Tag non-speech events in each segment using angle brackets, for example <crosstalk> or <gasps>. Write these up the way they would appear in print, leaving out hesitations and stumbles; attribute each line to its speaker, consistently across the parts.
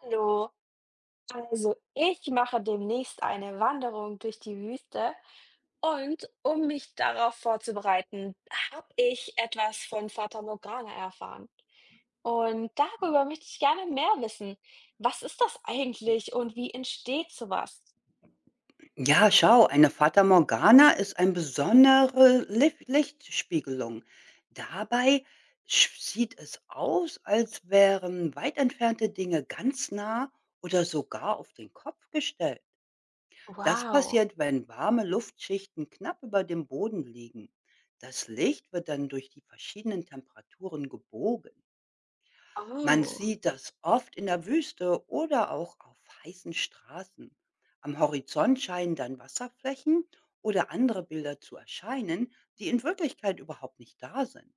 Speaker 1: Hallo, also ich mache demnächst eine Wanderung durch die Wüste und um mich darauf vorzubereiten, habe ich etwas von Fata Morgana erfahren. Und darüber möchte ich gerne mehr wissen. Was ist das eigentlich und wie entsteht sowas?
Speaker 2: Ja, schau, eine Fata Morgana ist eine besondere Lif Lichtspiegelung. Dabei sieht es aus, als wären weit entfernte Dinge ganz nah oder sogar auf den Kopf gestellt. Das
Speaker 1: Wow.
Speaker 2: passiert, wenn warme Luftschichten knapp über dem Boden liegen. Das Licht wird dann durch die verschiedenen Temperaturen gebogen. Man
Speaker 1: Oh.
Speaker 2: sieht das oft in der Wüste oder auch auf heißen Straßen. Am Horizont scheinen dann Wasserflächen oder andere Bilder zu erscheinen, die in Wirklichkeit überhaupt nicht da sind.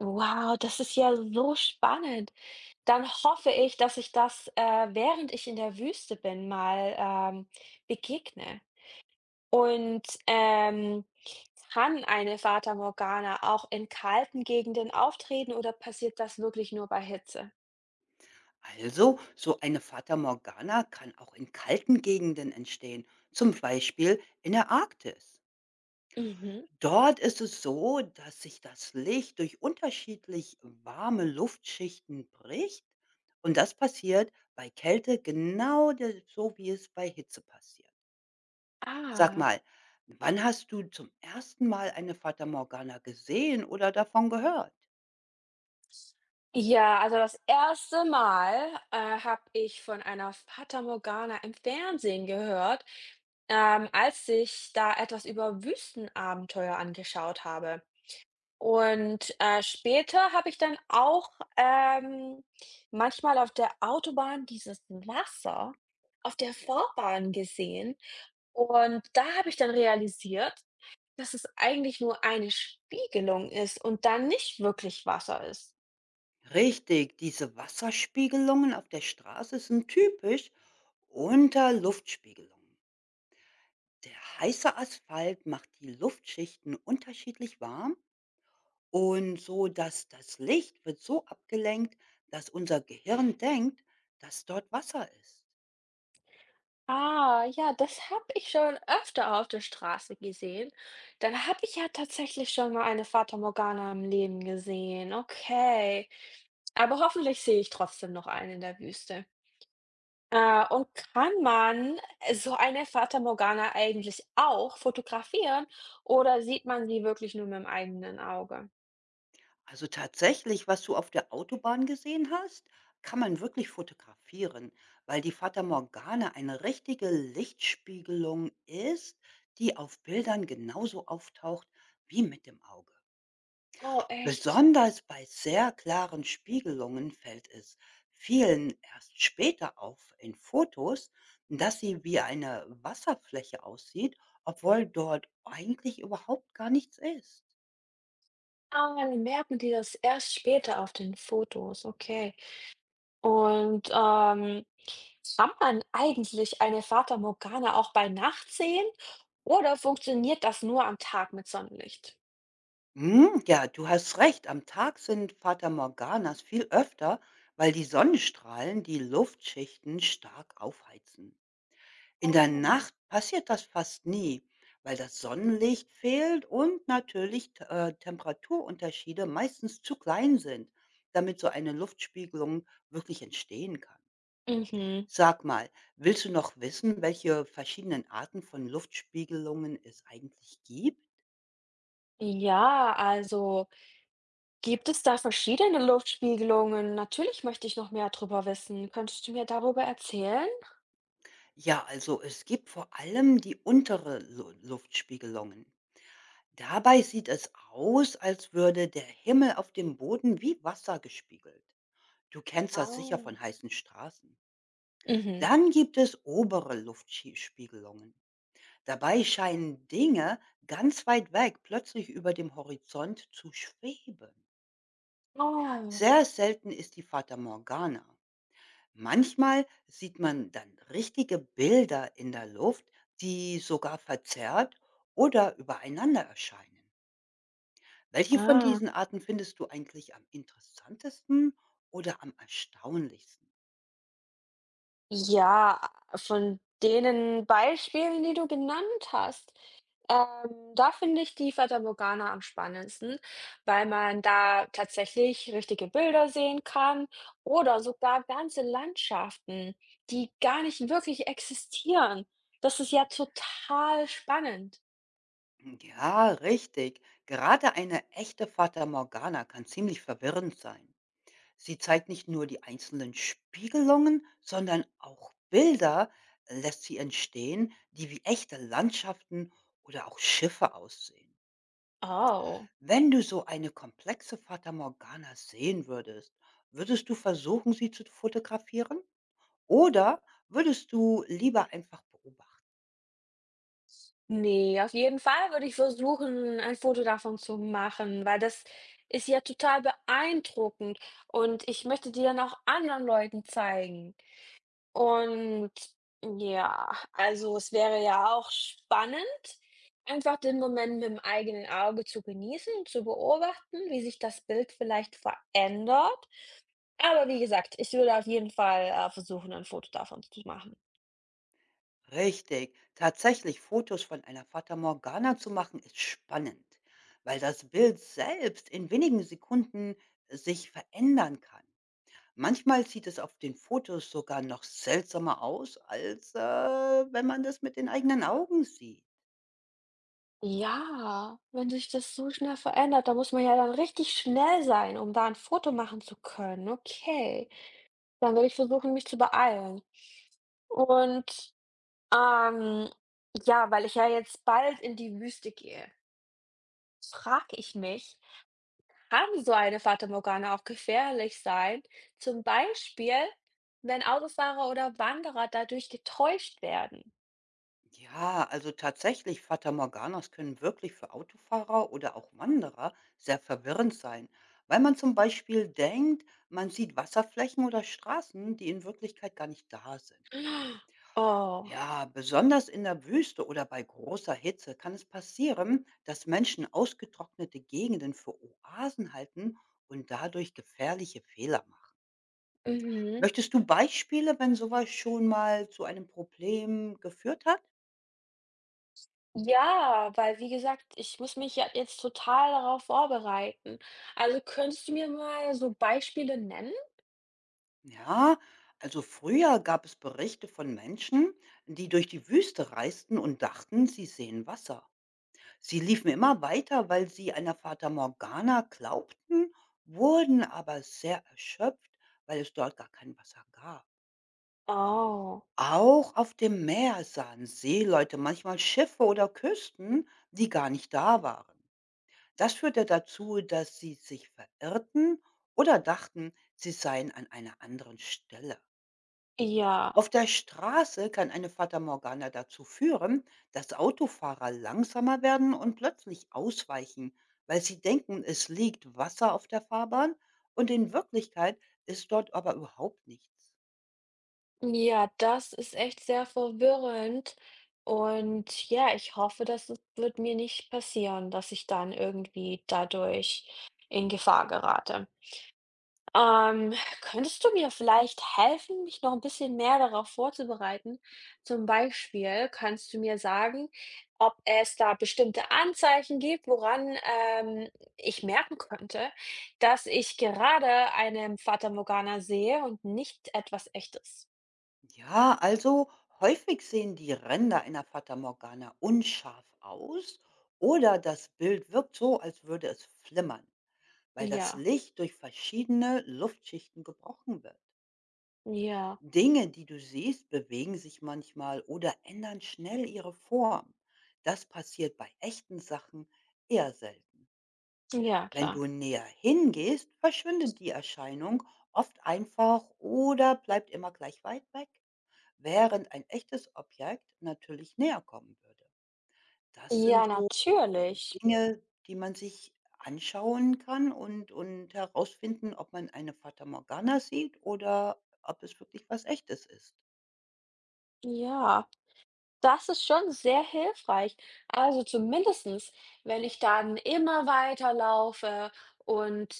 Speaker 1: Wow, das ist ja so spannend. Dann hoffe ich, dass ich das, während ich in der Wüste bin, mal begegne. Und ähm, Kann eine Fata Morgana auch in kalten Gegenden auftreten oder passiert das wirklich nur bei Hitze?
Speaker 2: Also, so eine Fata Morgana kann auch in kalten Gegenden entstehen, zum Beispiel in der Arktis.
Speaker 1: Mhm.
Speaker 2: Dort ist es so, dass sich das Licht durch unterschiedlich warme Luftschichten bricht und das passiert bei Kälte genau so, wie es bei Hitze passiert. Sag
Speaker 1: Ah.
Speaker 2: mal, wann hast du zum ersten Mal eine Fata Morgana gesehen oder davon gehört?
Speaker 1: Ja, also das erste Mal, habe ich von einer Fata Morgana im Fernsehen gehört, als ich da etwas über Wüstenabenteuer angeschaut habe. Und, später habe ich dann auch, ähm, manchmal auf der Autobahn dieses Wasser auf der Fahrbahn gesehen und da habe ich dann realisiert, dass es eigentlich nur eine Spiegelung ist und dann nicht wirklich Wasser ist.
Speaker 2: Richtig, diese Wasserspiegelungen auf der Straße sind typisch unter Luftspiegelungen. Der heiße Asphalt macht die Luftschichten unterschiedlich warm. Und so, dass das Licht wird so abgelenkt, dass unser Gehirn denkt, dass dort Wasser ist.
Speaker 1: Ah, ja, das habe ich schon öfter auf der Straße gesehen. Dann habe ich ja tatsächlich schon mal eine Fata Morgana im Leben gesehen. Okay. Aber hoffentlich sehe ich trotzdem noch einen in der Wüste. Und kann man so eine Fata Morgana eigentlich auch fotografieren oder sieht man sie wirklich nur mit dem eigenen Auge?
Speaker 2: Also tatsächlich, was du auf der Autobahn gesehen hast, kann man wirklich fotografieren, weil die Fata Morgana eine richtige Lichtspiegelung ist, die auf Bildern genauso auftaucht wie mit dem Auge.
Speaker 1: Oh, echt?
Speaker 2: Besonders bei sehr klaren Spiegelungen fällt es vielen erst später auf in Fotos, dass sie wie eine Wasserfläche aussieht, obwohl dort eigentlich überhaupt gar nichts ist.
Speaker 1: Ah, dann merken die das erst später auf den Fotos, okay. Und, ähm, Kann man eigentlich eine Fata Morgana auch bei Nacht sehen oder funktioniert das nur am Tag mit Sonnenlicht?
Speaker 2: Hm, ja, du hast recht. Am Tag sind Fata Morganas viel öfter, weil die Sonnenstrahlen die Luftschichten stark aufheizen. In der
Speaker 1: Oh.
Speaker 2: Nacht passiert das fast nie, weil das Sonnenlicht fehlt und natürlich T Temperaturunterschiede meistens zu klein sind, damit so eine Luftspiegelung wirklich entstehen kann.
Speaker 1: Mhm.
Speaker 2: Sag mal, willst du noch wissen, welche verschiedenen Arten von Luftspiegelungen es eigentlich gibt?
Speaker 1: Ja, also gibt es da verschiedene Luftspiegelungen? Natürlich möchte ich noch mehr darüber wissen. Könntest du mir darüber erzählen?
Speaker 2: Ja, also es gibt vor allem die untere Lu Luftspiegelungen. Dabei sieht es aus, als würde der Himmel auf dem Boden wie Wasser gespiegelt. Du kennst das sicher
Speaker 1: Ah.
Speaker 2: von heißen Straßen.
Speaker 1: Mhm.
Speaker 2: Dann gibt es obere Luftspiegelungen. Dabei scheinen Dinge ganz weit weg plötzlich über dem Horizont zu schweben.
Speaker 1: Oh.
Speaker 2: Sehr selten ist die Fata Morgana. Manchmal sieht man dann richtige Bilder in der Luft, die sogar verzerrt oder übereinander erscheinen. Welche von
Speaker 1: Ah.
Speaker 2: diesen Arten findest du eigentlich am interessantesten oder am erstaunlichsten?
Speaker 1: Ja, von denen Beispielen, die du genannt hast, da finde ich die Fata Morgana am spannendsten, weil man da tatsächlich richtige Bilder sehen kann oder sogar ganze Landschaften, die gar nicht wirklich existieren. Das ist ja total spannend.
Speaker 2: Ja, richtig. Gerade eine echte Fata Morgana kann ziemlich verwirrend sein. Sie zeigt nicht nur die einzelnen Spiegelungen, sondern auch Bilder lässt sie entstehen, die wie echte Landschaften oder auch Schiffe aussehen.
Speaker 1: Oh.
Speaker 2: Wenn du so eine komplexe Fata Morgana sehen würdest, würdest du versuchen, sie zu fotografieren? Oder würdest du lieber einfach beobachten?
Speaker 1: Nee, auf jeden Fall würde ich versuchen, ein Foto davon zu machen, weil das ist ja total beeindruckend und ich möchte die dann auch anderen Leuten zeigen. Und ja, also es wäre ja auch spannend, einfach den Moment mit dem eigenen Auge zu genießen, zu beobachten, wie sich das Bild vielleicht verändert. Aber wie gesagt, ich würde auf jeden Fall, versuchen, ein Foto davon zu machen.
Speaker 2: Richtig. Tatsächlich Fotos von einer Fata Morgana zu machen, ist spannend, weil das Bild selbst in wenigen Sekunden sich verändern kann. Manchmal sieht es auf den Fotos sogar noch seltsamer aus, als wenn man das mit den eigenen Augen sieht.
Speaker 1: Ja, wenn sich das so schnell verändert, da muss man ja dann richtig schnell sein, um da ein Foto machen zu können. Okay, dann werde ich versuchen, mich zu beeilen. Und, ähm, ja, weil ich ja jetzt bald in die Wüste gehe, frage ich mich, kann so eine Fata Morgana auch gefährlich sein? Zum Beispiel, wenn Autofahrer oder Wanderer dadurch getäuscht werden.
Speaker 2: Ja, also tatsächlich, Fata Morganas können wirklich für Autofahrer oder auch Wanderer sehr verwirrend sein, weil man zum Beispiel denkt, man sieht Wasserflächen oder Straßen, die in Wirklichkeit gar nicht da sind.
Speaker 1: <gasps> Oh,
Speaker 2: Ja, besonders in der Wüste oder bei großer Hitze kann es passieren, dass Menschen ausgetrocknete Gegenden für Oasen halten und dadurch gefährliche Fehler machen.
Speaker 1: mhm.
Speaker 2: Möchtest du Beispiele, wenn sowas schon mal zu einem Problem geführt hat?
Speaker 1: Ja, weil wie gesagt, ich muss mich ja jetzt total darauf vorbereiten. Also könntest du mir mal so Beispiele nennen?
Speaker 2: Ja, also früher gab es Berichte von Menschen, die durch die Wüste reisten und dachten, sie sehen Wasser. Sie liefen immer weiter, weil sie einer Fata Morgana glaubten, wurden aber sehr erschöpft, weil es dort gar kein Wasser gab.
Speaker 1: Oh,
Speaker 2: Auch auf dem Meer sahen Seeleute manchmal Schiffe oder Küsten, die gar nicht da waren. Das führte dazu, dass sie sich verirrten oder dachten, sie seien an einer anderen Stelle.
Speaker 1: ja.
Speaker 2: Auf der Straße kann eine Fata Morgana dazu führen, dass Autofahrer langsamer werden und plötzlich ausweichen, weil sie denken, es liegt Wasser auf der Fahrbahn und in Wirklichkeit ist dort aber überhaupt nichts.
Speaker 1: Ja, das ist echt sehr verwirrend. Und ja, ich hoffe, das wird mir nicht passieren, dass ich dann irgendwie dadurch in Gefahr gerate. Ähm, Könntest du mir vielleicht helfen, mich noch ein bisschen mehr darauf vorzubereiten? Zum Beispiel kannst du mir sagen, ob es da bestimmte Anzeichen gibt, woran, ähm, ich merken könnte, dass ich gerade eine Fata Morgana sehe und nicht etwas Echtes.
Speaker 2: Ja, also häufig sehen die Ränder einer Fata Morgana unscharf aus oder das Bild wirkt so, als würde es flimmern, weil das
Speaker 1: Ja,
Speaker 2: Licht durch verschiedene Luftschichten gebrochen wird.
Speaker 1: ja,
Speaker 2: Dinge, die du siehst, bewegen sich manchmal oder ändern schnell ihre Form. Das passiert bei echten Sachen eher selten.
Speaker 1: ja,
Speaker 2: Wenn
Speaker 1: klar.
Speaker 2: du näher hingehst, verschwindet die Erscheinung oft einfach oder bleibt immer gleich weit weg, während ein echtes Objekt natürlich näher kommen würde. Das
Speaker 1: Ja,
Speaker 2: sind so äh,
Speaker 1: natürlich.
Speaker 2: Dinge, die man sich anschauen kann und, herausfinden, ob man eine Fata Morgana sieht oder ob es wirklich was Echtes ist.
Speaker 1: Ja. Das ist schon sehr hilfreich. Also zumindestens, wenn ich dann immer weiterlaufe und,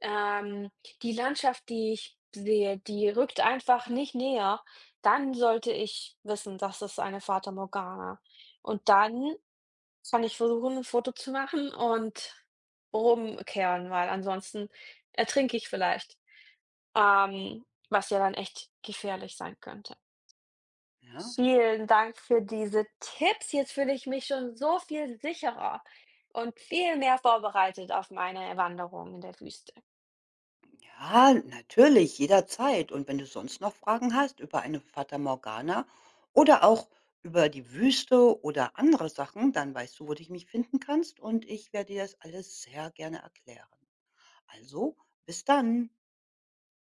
Speaker 1: ähm, die Landschaft, die ich sehe, die rückt einfach nicht näher, dann sollte ich wissen, das ist eine Fata Morgana. Und dann kann ich versuchen, ein Foto zu machen und rumkehren, weil ansonsten ertrinke ich vielleicht, ähm, was ja dann echt gefährlich sein könnte.
Speaker 2: Ja?
Speaker 1: Vielen Dank für diese Tipps. Jetzt fühle ich mich schon so viel sicherer und viel mehr vorbereitet auf meine Wanderung in der Wüste.
Speaker 2: Ja, natürlich, jederzeit. Und wenn du sonst noch Fragen hast über eine Fata Morgana oder auch über die Wüste oder andere Sachen, dann weißt du, wo dich mich finden kannst und ich werde dir das alles sehr gerne erklären. Also, bis dann.